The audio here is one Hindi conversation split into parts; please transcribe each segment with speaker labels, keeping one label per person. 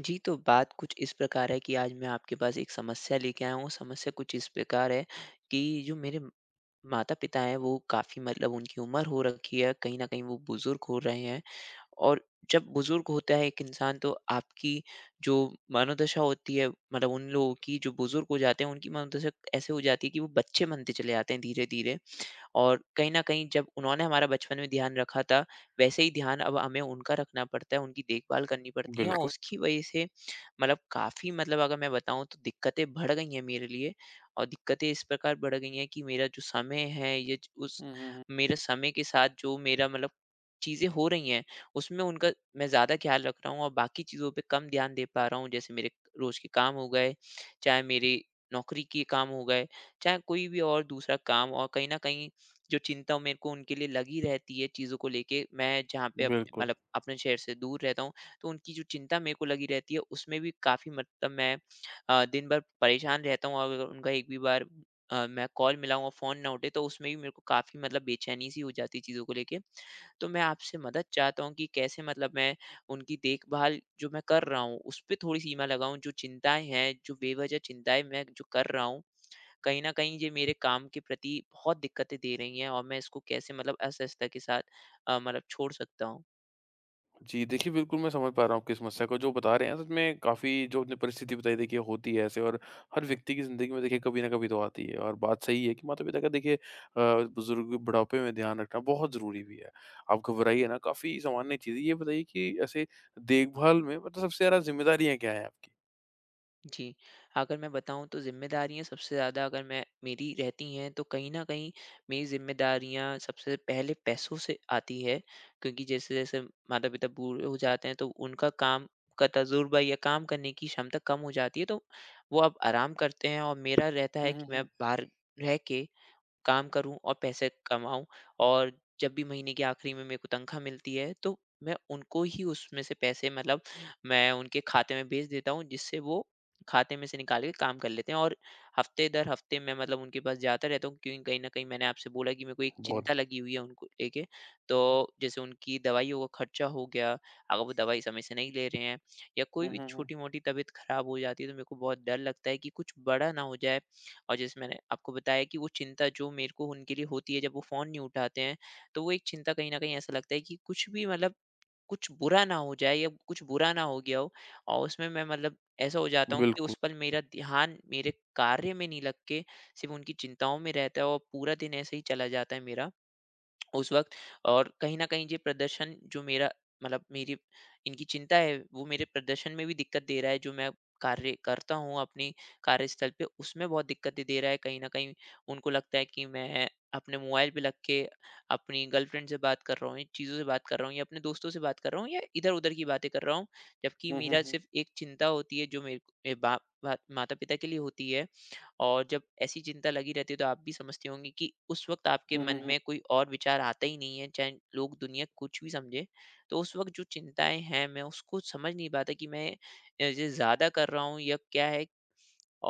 Speaker 1: जी, तो बात कुछ इस प्रकार है कि आज मैं आपके पास एक समस्या लेके आया हूँ। समस्या कुछ इस प्रकार है कि जो मेरे माता-पिता हैं, वो काफ़ी मतलब उनकी उम्र हो रखी है। कहीं न कहीं वो बुज़ुर्ग हो रहे हैं। और जब बुज़ुर्ग होता है एक इंसान, तो आपकी जो मनोदशा होती है, मतलब उन लोगों की जो बुज़ुर्ग हो जाते हैं, उनकी मनोदशा ऐसे हो जाती है कि वो बच्चे बनते चले जाते हैं धीरे-धीरे। और कहीं न कहीं जब उन्होंने हमारा बचपन में ध्यान रखा था, वैसे ही ध्यान अब हमें उनका रखना पड़ता है, उनकी देखभाल करनी पड़ती है और
Speaker 2: बिल्कुल।
Speaker 1: उसकी वजह से मतलब काफ़ी मतलब अगर मैं बताऊँ तो दिक्कतें बढ़ गई हैं मेरे लिए। और दिक्कतें इस प्रकार बढ़ गई हैं कि मेरा जो समय है, ये ज उस
Speaker 2: हुँ, हुँ, हुँ।
Speaker 1: मेरे समय के साथ, जो मेरा मतलब चीज़ें हो रही हैं, उसमें उनका मैं ज़्यादा ख़्याल रख रहा हूँ और बाकी चीज़ों पे कम ध्यान दे पा रहा हूँ। जैसे मेरे रोज़ के काम हो गए, चाहे मेरी नौकरी के काम हो गए, चाहे कोई भी और दूसरा काम। और कहीं न कहीं जो चिंता मेरे को उनके लिए लगी रहती है चीज़ों को लेके, मैं जहाँ पे अप
Speaker 2: बिल्कुल।
Speaker 1: मतलब अपने शहर से दूर रहता हूँ, तो उनकी जो चिंता मेरे को लगी रहती है, उसमें भी काफ़ी मतलब मैं दिन भर परेशान रहता हूँ। और अगर उनका एक भी बार मैं कॉल मिलाऊँ और फ़ोन ना उठे, तो उसमें भी मेरे को काफ़ी मतलब बेचैनी-सी हो जाती है चीज़ों को लेके। तो मैं आपसे मदद चाहता हूँ कि कैसे मतलब मैं उनकी देखभाल जो मैं कर रहा हूँ, उसपे थोड़ी सीमा लगाऊँ, जो चिंताएँ हैं, जो बेवजह चिंताएँ मैं जो कर रहा हूँ, कहीं न कहीं ये मेरे काम के प्रति बहुत दिक्कतें दे रही हैं, और मैं इसको कैसे मतलब असहजता के साथ मतलब छोड़ सकता हूँ?
Speaker 2: जी, देखिए बिल्कुल मैं समझ पा रहा हूँ आपकी समस्या को जो बता रहे हैं सच में काफ़ी जो आपने परिस्थिति बताई देखिए होती है ऐसे और हर व्यक्ति की ज़िंदगी में देखिए कभी ना कभी तो आती है और बात सही है कि माता-पिता का देखिए बुज़ुर्ग बुढ़ापे में ध्यान रखना बहुत ज़रूरी भी है। आप घबराइए ना काफ़ी सामान्य चीज़ है। ये बताइए कि ऐसे देखभाल में मतलब सबसे ज़्यादा ज़िम्मेदारियाँ क्या हैं आपकी?
Speaker 1: जी। अगर मैं बताऊँ तो ज़िम्मेदारियाँ सबसे ज़्यादा अगर मैं मेरी रहती हैं तो कहीं न कहीं मेरी ज़िम्मेदारियाँ सबसे पहले पैसों से आती है, क्योंकि जैसे-जैसे माता-पिता बूढ़े हो जाते हैं तो उनका काम का तजुर्बा या काम करने की क्षमता कम हो जाती है, तो वो अब आराम करते हैं और मेरा रहता है
Speaker 2: हुँ,
Speaker 1: कि
Speaker 2: हुँ,
Speaker 1: मैं
Speaker 2: हुँ।
Speaker 1: बाहर रह के काम करूँ और पैसे कमाऊँ। और जब भी महीने के आखिरी में मेरे को तनख्वाह मिलती है, तो मैं उनको ही उसमें से पैसे मतलब मैं उनके खाते में भेज देता हूँ, जिससे वो खाते में से निकाल के काम कर लेते हैं। और हफ्ते दर हफ्ते मैं मतलब उनके पास जाता रहता हूँ, क्योंकि कहीं ना कहीं मैंने आपसे बोला कि मेरे को एक
Speaker 2: बहुत।
Speaker 1: चिंता लगी हुई है उनको लेके। तो जैसे उनकी दवाइयों का खर्चा हो गया, अगर वो दवाई समय से नहीं ले रहे हैं या कोई
Speaker 2: हुँ,
Speaker 1: भी
Speaker 2: हुँ, हुँ।
Speaker 1: छोटी मोटी तबीयत खराब हो जाती है, तो मेरे को बहुत डर लगता है कि कुछ बड़ा ना हो जाए। और जैसे मैंने आपको बताया कि वो चिंता जो मेरे को उनके लिए होती है, जब वो फ़ोन नहीं उठाते हैं, तो वो एक चिंता कहीं न कहीं ऐसा लगता है कि कुछ भी मतलब कुछ बुरा ना हो जाए या कुछ बुरा ना हो गया हो। और उसमें मैं मतलब ऐसा हो जाता हूँ कि
Speaker 2: बिल्कुल।
Speaker 1: उस पल मेरा ध्यान मेरे कार्य में नहीं लग के सिर्फ़ उनकी चिंताओं में रहता है, और पूरा दिन ऐसे ही चला जाता है मेरा। उस वक़्त, और कहीं न कहीं ये प्रदर्शन जो मेरा मतलब मेरी इनकी चिंता है, वो मेरे प्रदर्शन में भी दिक्कत दे रहा है, जो मैं कार्य करता हूँ अपनी कार्यस्थल पे, उसमें बहुत दिक्कतें दे रहा है। कहीं न कहीं उनको लगता है कि मैं अपने मोबाइल पे लग के अपनी गर्लफ्रेंड से बात कर रहा हूँ, इन चीज़ों से बात कर रहा हूँ या अपने दोस्तों से बात कर रहा हूँ या इधर-उधर की बातें कर रहा हूँ। जबकि
Speaker 2: हुँ, हुँ,
Speaker 1: मेरा
Speaker 2: हुँ।
Speaker 1: सिर्फ़ एक चिंता होती है, जो मेरे को मेरे बा बा माता-पिता के लिए होती है। और जब ऐसी चिंता लगी रहती है, तो आप भी समझती होंगी कि उस वक़्त आपके
Speaker 2: हुँ, हुँ,
Speaker 1: मन
Speaker 2: हुँ।
Speaker 1: में कोई और विचार आता ही नहीं है, चाहे लोग दुनिया कुछ भी समझे। तो उस वक़्त जो चिंताएँ हैं, मैं उसको समझ नहीं पाता कि मैं ये ज़्यादा कर रहा हूँ या क्या है,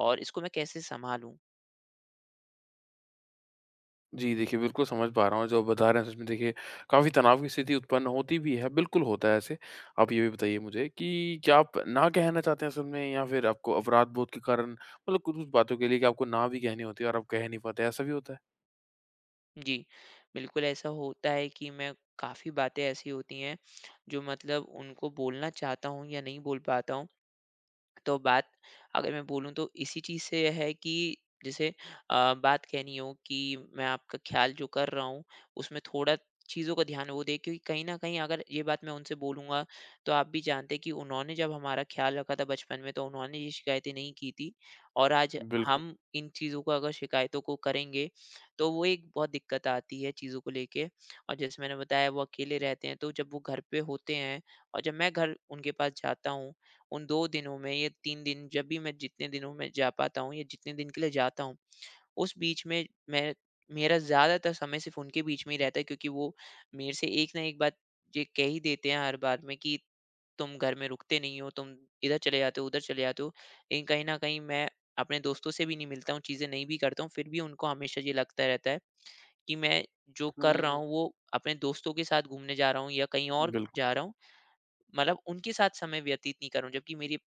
Speaker 1: और इसको मैं कैसे सँभालूँ?
Speaker 2: जी, देखिए बिल्कुल समझ पा रहा हूँ, जो आप बता रहे हैं सच में देखिए काफ़ी तनाव की स्थिति उत्पन्न होती भी है, बिल्कुल होता है ऐसे। आप ये भी बताइए मुझे कि क्या आप ना कहना चाहते हैं असल में या फिर आपको अपराध बोध के कारण मतलब कुछ-कुछ बातों के लिए कि आपको ना भी कहनी होती है और आप कह नहीं पाते, ऐसा भी होता है?
Speaker 1: जी, बिल्कुल ऐसा होता है कि मैं काफ़ी बातें ऐसी होती हैं, जो मतलब उनको बोलना चाहता हूँ या नहीं बोल पाता हूँ। तो बात अगर मैं बोलूँ तो इसी चीज़ से यह है कि जैसे बात कहनी हो कि मैं आपका ख्याल जो कर रहा हूँ, उसमें थोड़ा चीज़ों का ध्यान वो दे, क्योंकि कहीं ना कहीं अगर ये बात मैं उनसे बोलूँगा, तो आप भी जानते हैं कि उन्होंने जब हमारा ख्याल रखा था बचपन में तो उन्होंने ये शिकायतें नहीं की थी। और आज
Speaker 2: बिल्कुल।
Speaker 1: हम इन चीज़ों को अगर शिकायतों को करेंगे तो वो एक बहुत दिक्कत आती है चीज़ों को लेके। और जैसे मैंने बताया वो अकेले रहते हैं, तो जब वो घर पे होते हैं और जब मैं घर उनके पास जाता हूँ, उन 2 दिनों में या 3 दिन जब भी मैं जितने दिनों में जा पाता हूँ या जितने दिन के लिए जाता हूँ, उस बीच में मैं मेरा ज़्यादातर समय सिर्फ़ उनके बीच में ही रहता है, क्योंकि वो मेरे से एक ना एक बात ये कह ही देते हैं हर बार में कि तुम घर में रुकते नहीं हो, तुम इधर चले जाते हो, उधर चले जाते हो। लेकिन कहीं न कहीं मैं अपने दोस्तों से भी नहीं मिलता हूँ, चीज़ें नहीं भी करता हूँ, फिर भी उनको हमेशा ये लगता रहता है कि मैं जो
Speaker 2: हुँ, हुँ,
Speaker 1: कर रहा
Speaker 2: हुँ।
Speaker 1: हूँ वो अपने दोस्तों के साथ घूमने जा रहा हूँ या कहीं और
Speaker 2: बिल्कुल,
Speaker 1: जा रहा हूँ, मतलब उनके साथ समय व्यतीत नहीं करूँ। जबकि मेरी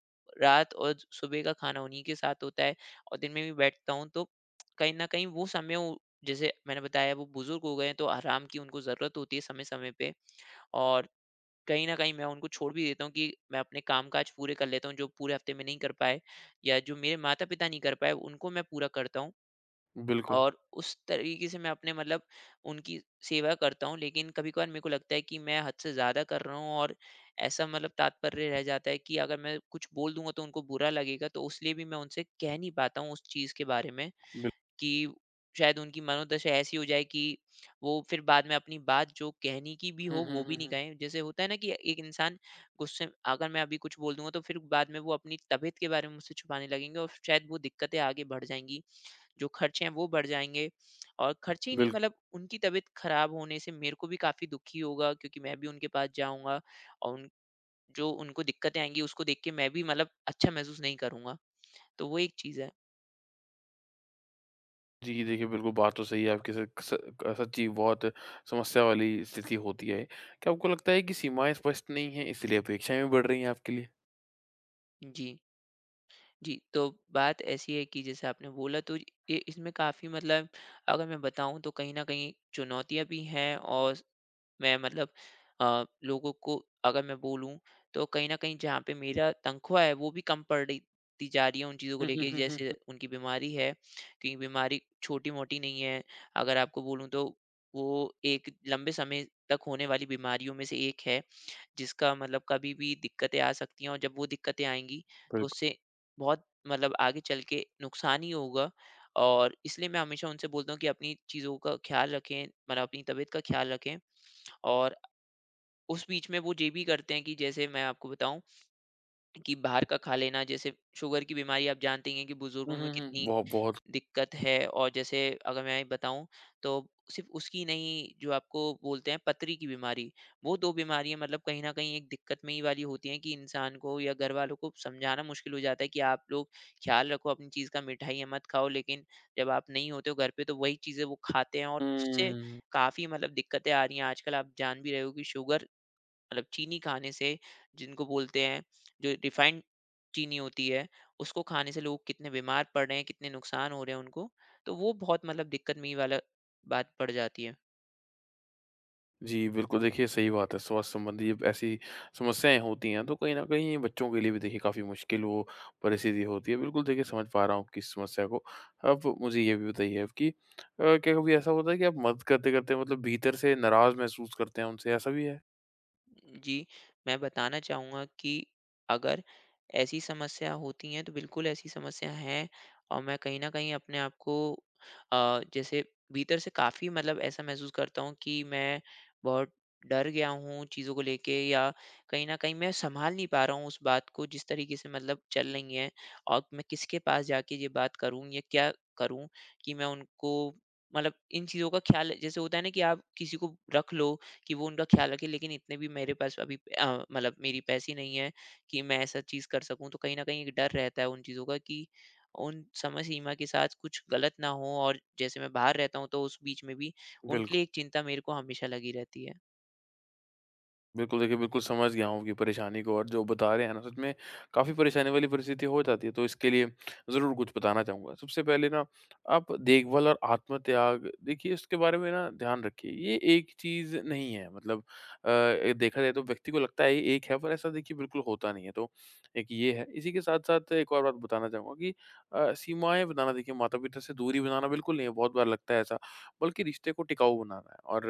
Speaker 1: रात और सुबह का खाना उन्हीं के साथ होता है, और दिन में भी बैठता हूँ, तो कहीं न कहीं वो समय वो जैसे मैंने बताया वो बुज़ुर्ग हो गए हैं तो आराम की उनको ज़रूरत होती है समय-समय पे। और कहीं न कहीं मैं उनको छोड़ भी देता हूँ कि मैं अपने कामकाज पूरे कर लेता हूँ, जो पूरे हफ़्ते में नहीं कर पाए या जो मेरे माता-पिता नहीं कर पाए उनको मैं पूरा करता हूँ।
Speaker 2: बिल्कुल,
Speaker 1: और उस तरीके से मैं अपने मतलब उनकी सेवा करता हूँ, लेकिन कभी-कभार मेरे को लगता है कि मैं हद से ज़्यादा कर रहा हूँ। और ऐसा मतलब तात्पर्य रह जाता है कि अगर मैं कुछ बोल दूँगा तो उनको बुरा लगेगा, तो उसलिए भी मैं उनसे कह नहीं पाता हूँ उस चीज़ के बारे में,
Speaker 2: बिल
Speaker 1: कि शायद उनकी मनोदशा ऐसी हो जाए कि वो फिर बाद में अपनी बात जो कहने की भी
Speaker 2: हुँ,
Speaker 1: हो,
Speaker 2: हुँ,
Speaker 1: वो भी
Speaker 2: हुँ,
Speaker 1: नहीं
Speaker 2: हुँ।
Speaker 1: कहें। जैसे होता है ना कि एक इंसान गुस्से अगर मैं अभी कुछ बोल दूँगा तो फिर बाद में वो अपनी तबीयत के बारे में मुझसे छुपाने लगेंगे, और शायद वो दिक्कतें आगे बढ़ जाएँगी। जो खर्चे हैं वो बढ़ जाएँगे, और खर्चे ही नहीं,
Speaker 2: बिल्क
Speaker 1: मतलब उनकी तबीयत खराब होने से मेरे को भी काफ़ी दुखी होगा, क्योंकि मैं भी उनके पास जाऊँगा और उन जो उनको दिक्कतें आएँगी उसको देख के मैं भी मतलब अच्छा महसूस नहीं करूँगा। तो वो एक चीज़ है।
Speaker 2: जी, देखिए बिल्कुल बात तो सही है आपकी स स अ, सच्ची बहुत समस्या वाली स्थिति होती है। क्या आपको लगता है कि सीमाएँ स्पष्ट नहीं हैं इसलिए अपेक्षाएँ भी बढ़ रही हैं आपके लिए?
Speaker 1: जी। जी, तो बात ऐसी है कि जैसे आपने बोला, तो ये इसमें काफ़ी मतलब अगर मैं बताऊँ तो कहीं न कहीं चुनौतियाँ भी हैं। और मैं मतलब लोगों को अगर मैं बोलूँ तो कहीं न कहीं जहाँ पे मेरा तनख्वाह है वो भी कम पड़ रही ती जा रही है उन चीज़ों को
Speaker 2: हुँ, हुँ,
Speaker 1: लेके,
Speaker 2: हुँ, हुँ,
Speaker 1: जैसे
Speaker 2: हुँ।
Speaker 1: उनकी बीमारी है, क्योंकि बीमारी छोटी-मोटी नहीं है। अगर आपको बोलूँ तो वो एक लंबे समय तक होने वाली बीमारियों में से एक है। जिसका मतलब कभी भी दिक्कतें आ सकती हैं, और जब वो दिक्कतें आएँगी तो
Speaker 2: बिल्क
Speaker 1: उससे बहुत मतलब आगे चल के नुकसान ही होगा। और इसलिए मैं हमेशा उनसे बोलता हूँ कि अपनी चीज़ों का ख़्याल रखें, मतलब अपनी तबीयत का ख़्याल रखें। और उस बीच में वो ये भी करते हैं कि जैसे मैं आपको बताऊँ कि बाहर का खा लेना, जैसे शुगर की बीमारी आप जानते ही हैं कि बुज़ुर्गों
Speaker 2: हुँ,
Speaker 1: में
Speaker 2: हुँ, हुँ।
Speaker 1: कितनी
Speaker 2: बहुत, बहुत।
Speaker 1: दिक्कत है। और जैसे अगर मैं बताऊँ तो सिर्फ़ उसकी नहीं जो आपको बोलते हैं पथरी की बीमारी, वो 2 बीमारियाँ मतलब कहीं न कहीं एक दिक्कत में ही वाली होती हैं, कि इंसान को या घर वालों को समझाना मुश्किल हो जाता है कि आप लोग ख़्याल रखो अपनी चीज़ का, मिठाइयाँ मत खाओ। लेकिन जब आप नहीं होते हो घर पे तो वही चीज़ें वो खाते हैं, और उससे
Speaker 2: हुँ।
Speaker 1: काफ़ी मतलब दिक्कतें आ रही हैं। आजकल आप जान भी रहे हो कि शुगर मतलब चीनी खाने से जिनको बोलते हैं, जो रिफाइंड चीनी होती है, उसको खाने से लोग कितने बीमार पड़ रहे हैं, कितने नुकसान हो रहे हैं उनको। तो वो बहुत मतलब दिक्कत में ये वाला बात पड़ जाती है।
Speaker 2: जी, बिल्कुल देखिए सही बात है, स्वास्थ्य संबंधी जब ऐसी समस्याएँ होती हैं तो कहीं न कहीं बच्चों के लिए भी देखिए काफ़ी मुश्किल वो परिस्थिति होती है। बिल्कुल देखिए समझ पा रहा हूँ आपकी इस समस्या को। अब मुझे ये भी बताइए अब कि क्या कभी ऐसा होता है कि आप मदद करते-करते मतलब भीतर से नाराज़ महसूस करते हैं उनसे, ऐसा भी है?
Speaker 1: जी, मैं बताना चाहूँगा कि अगर ऐसी समस्या होती हैं, तो बिल्कुल ऐसी समस्या हैं। और मैं कहीं न कहीं अपने आप को जैसे भीतर से काफ़ी मतलब ऐसा महसूस करता हूँ कि मैं बहुत डर गया हूँ चीज़ों को लेके, या कहीं न कहीं मैं सँभाल नहीं पा रहा हूँ उस बात को जिस तरीके से मतलब चल रही है। और मैं किसके पास जाके ये बात करूँ या क्या करूँ, कि मैं उनको मतलब इन चीज़ों का ख़्याल जैसे होता है ना कि आप किसी को रख लो कि वो उनका ख्याल रखें। लेकिन इतने भी मेरे पास अभी मतलब मेरी पैसे नहीं है कि मैं ऐसा चीज़ कर सकूँ। तो कहीं न कहीं एक डर रहता है उन चीज़ों का कि उन समय सीमा के साथ कुछ गलत ना हो, और जैसे मैं बाहर रहता हूँ तो उस बीच में भी उनके
Speaker 2: बिल्कुल।
Speaker 1: लिए एक चिंता मेरे को हमेशा लगी रहती है।
Speaker 2: बिल्कुल, देखिए बिल्कुल समझ गया हूँ आपकी परेशानी को और जो बता रहे हैं ना सच में काफ़ी परेशानी वाली परिस्थिति हो जाती है, तो इसके लिए ज़रूर कुछ बताना चाहूँगा। सबसे पहले ना आप देखभाल और आत्म-त्याग देखिए इसके बारे में ना ध्यान रखिए, ये एक चीज़ नहीं है मतलब ये देखा जाए तो व्यक्ति को लगता है ये एक है पर ऐसा देखिए बिल्कुल होता नहीं है, तो एक ये है। इसी के साथ-साथ एक और बात बताना चाहूँगा कि सीमाएँ बनाना देखिए माता-पिता से दूरी बनाना बिल्कुल नहीं है, बहुत बार लगता है ऐसा, बल्कि रिश्ते को टिकाऊ बनाना है और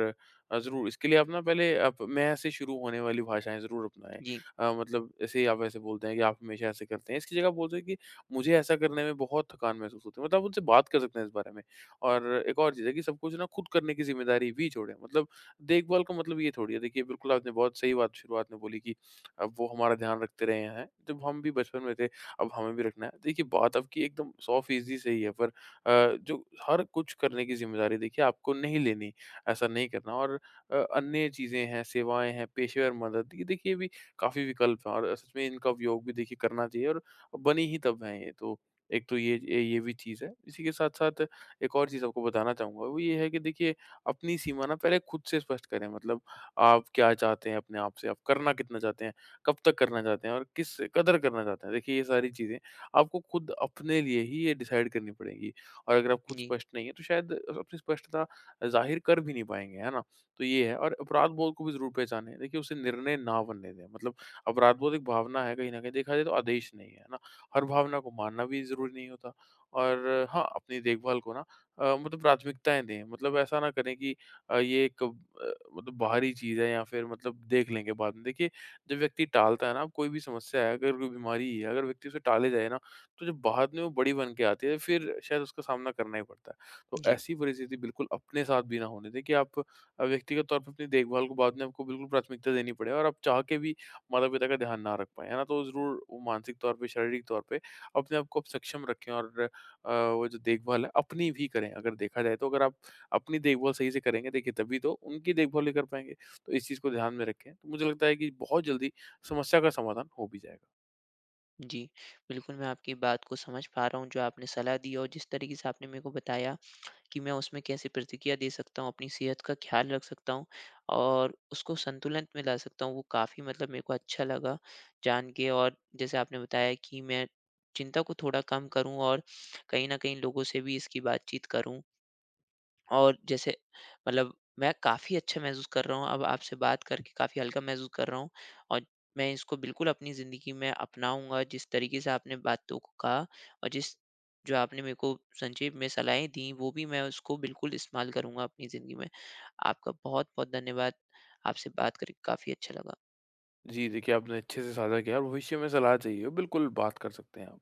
Speaker 2: ज़रूर इसके लिए आप ना पहले आप मैं से शुरू होने वाली भाषाएँ ज़रूर अपनाएँ।
Speaker 1: जी,
Speaker 2: मतलब ऐसे ही आप ऐसे बोलते हैं कि आप हमेशा ऐसे करते हैं, इसकी जगह आप बोलते हैं कि मुझे ऐसा करने में बहुत थकान महसूस होती है, मतलब आप उनसे बात कर सकते हैं इस बारे में। और एक और चीज़ है कि सब कुछ ना खुद करने की ज़िम्मेदारी भी छोड़ें, मतलब देखभाल का मतलब ये थोड़ी है। देखिए बिल्कुल आपने बहुत सही बात शुरुआत में बोली कि वो हमारा ध्यान रखते रहे हैं, जब हम भी बचपन में थे, अब हमें भी रखना है। देखिए बात आपकी एकदम 100 फ़ीसदी सही है पर जो हर कुछ करने की ज़िम्मेदारी देखिए आपको नहीं लेनी, ऐसा नहीं करना और अन्य चीज़ें हैं, सेवाएँ हैं, पेशेवर मदद ये देखिए भी काफ़ी विकल्प हैं और सच में इनका उपयोग भी देखिए करना चाहिए और बनी ही तब है ये तो। एक तो ये भी चीज़ है। इसी के साथ-साथ एक और चीज़ आपको बताना चाहूँगा वो ये है कि देखिए अपनी सीमा ना पहले खुद से स्पष्ट करें मतलब आप क्या चाहते हैं अपने आप से? आप करना कितना चाहते हैं? कब तक करना चाहते हैं? और किस कदर करना चाहते हैं? देखिए ये सारी चीज़ें आपको खुद अपने लिए ही ये डिसाइड करनी पड़ेंगी और अगर आप खुद
Speaker 1: जी,
Speaker 2: स्पष्ट नहीं हैं तो शायद अपनी स्पष्टता ज़ाहिर कर भी नहीं पाएँगे, है ना? तो ये है और अपराध बोध को भी ज़रूर पहचानें। देखिए, उसे निर्णय ना बनने दें। मतलब अपराध बोध एक भावना है कहीं न कहीं, देखा जाए तो आदेश नहीं है, है ना? हर भावना को मानना भी ज़रूरी नहीं होता और हाँ, अपनी देखभाल को ना मतलब प्राथमिकताएँ दें। मतलब ऐसा ना करें कि ये एक मतलब बाहरी चीज़ है या फिर मतलब देख लेंगे बाद में। देखिए, जब व्यक्ति टालता है ना, कोई भी समस्या है, अगर कोई बीमारी है, अगर व्यक्ति उसे टाले जाए ना, तो जब बाद में वो बड़ी बन के आती है, फिर शायद उसका सामना करना ही पड़ता है। तो
Speaker 1: जी,
Speaker 2: ऐसी परिस्थिति बिल्कुल अपने साथ भी ना होने दें कि आप व्यक्तिगत तौर पे अपनी देखभाल को बाद में आपको बिल्कुल प्राथमिकता देनी पड़े और आप चाह के भी माता-पिता का ध्यान ना रख पाएँ, है ना? तो ज़रूर वो मानसिक तौर पे, शारीरिक तौर पे अपने आप को आप सक्षम रखें और वो जो देखभाल है अपनी भी करें। अगर देखा जाए तो अगर आप अपनी देखभाल सही से करेंगे देखिए तभी तो उनकी देखभाल भी कर पाएँगे। तो इस चीज़ को ध्यान में रखें। तो मुझे लगता है कि बहुत जल्दी समस्या का समाधान हो भी जाएगा।
Speaker 1: जी। बिल्कुल, मैं आपकी बात को समझ पा रहा हूँ, जो आपने सलाह दी और जिस तरीके से आपने मेरे को बताया, कि मैं उसमें कैसे प्रतिक्रिया दे सकता हूँ, अपनी सेहत का ख़्याल रख सकता हूँ और उसको संतुलन में ला सकता हूँ। वो काफ़ी मतलब मेरे को अच्छा लगा जान के। और जैसे आपने बताया कि मैं चिंता को थोड़ा कम करूँ, और कहीं न कहीं लोगों से भी इसकी बातचीत करूँ। और जैसे मतलब मैं काफ़ी अच्छा महसूस कर रहा हूँ, अब आपसे बात करके काफ़ी हल्का महसूस कर रहा हूँ। और मैं इसको बिल्कुल अपनी ज़िंदगी में अपनाऊंगा, जिस तरीके से आपने बातों को कहा और जिस जो आपने मेरे को संक्षेप में सलाहें दी, वो भी मैं उसको बिल्कुल इस्तेमाल करूंगा अपनी ज़िंदगी में। आपका बहुत बहुत धन्यवाद। आपसे बात करके काफ़ी अच्छा लगा।
Speaker 2: जी, देखिए आपने अच्छे से साझा किया और भविष्य में सलाह चाहिए हो बिल्कुल बात कर सकते हैं आप।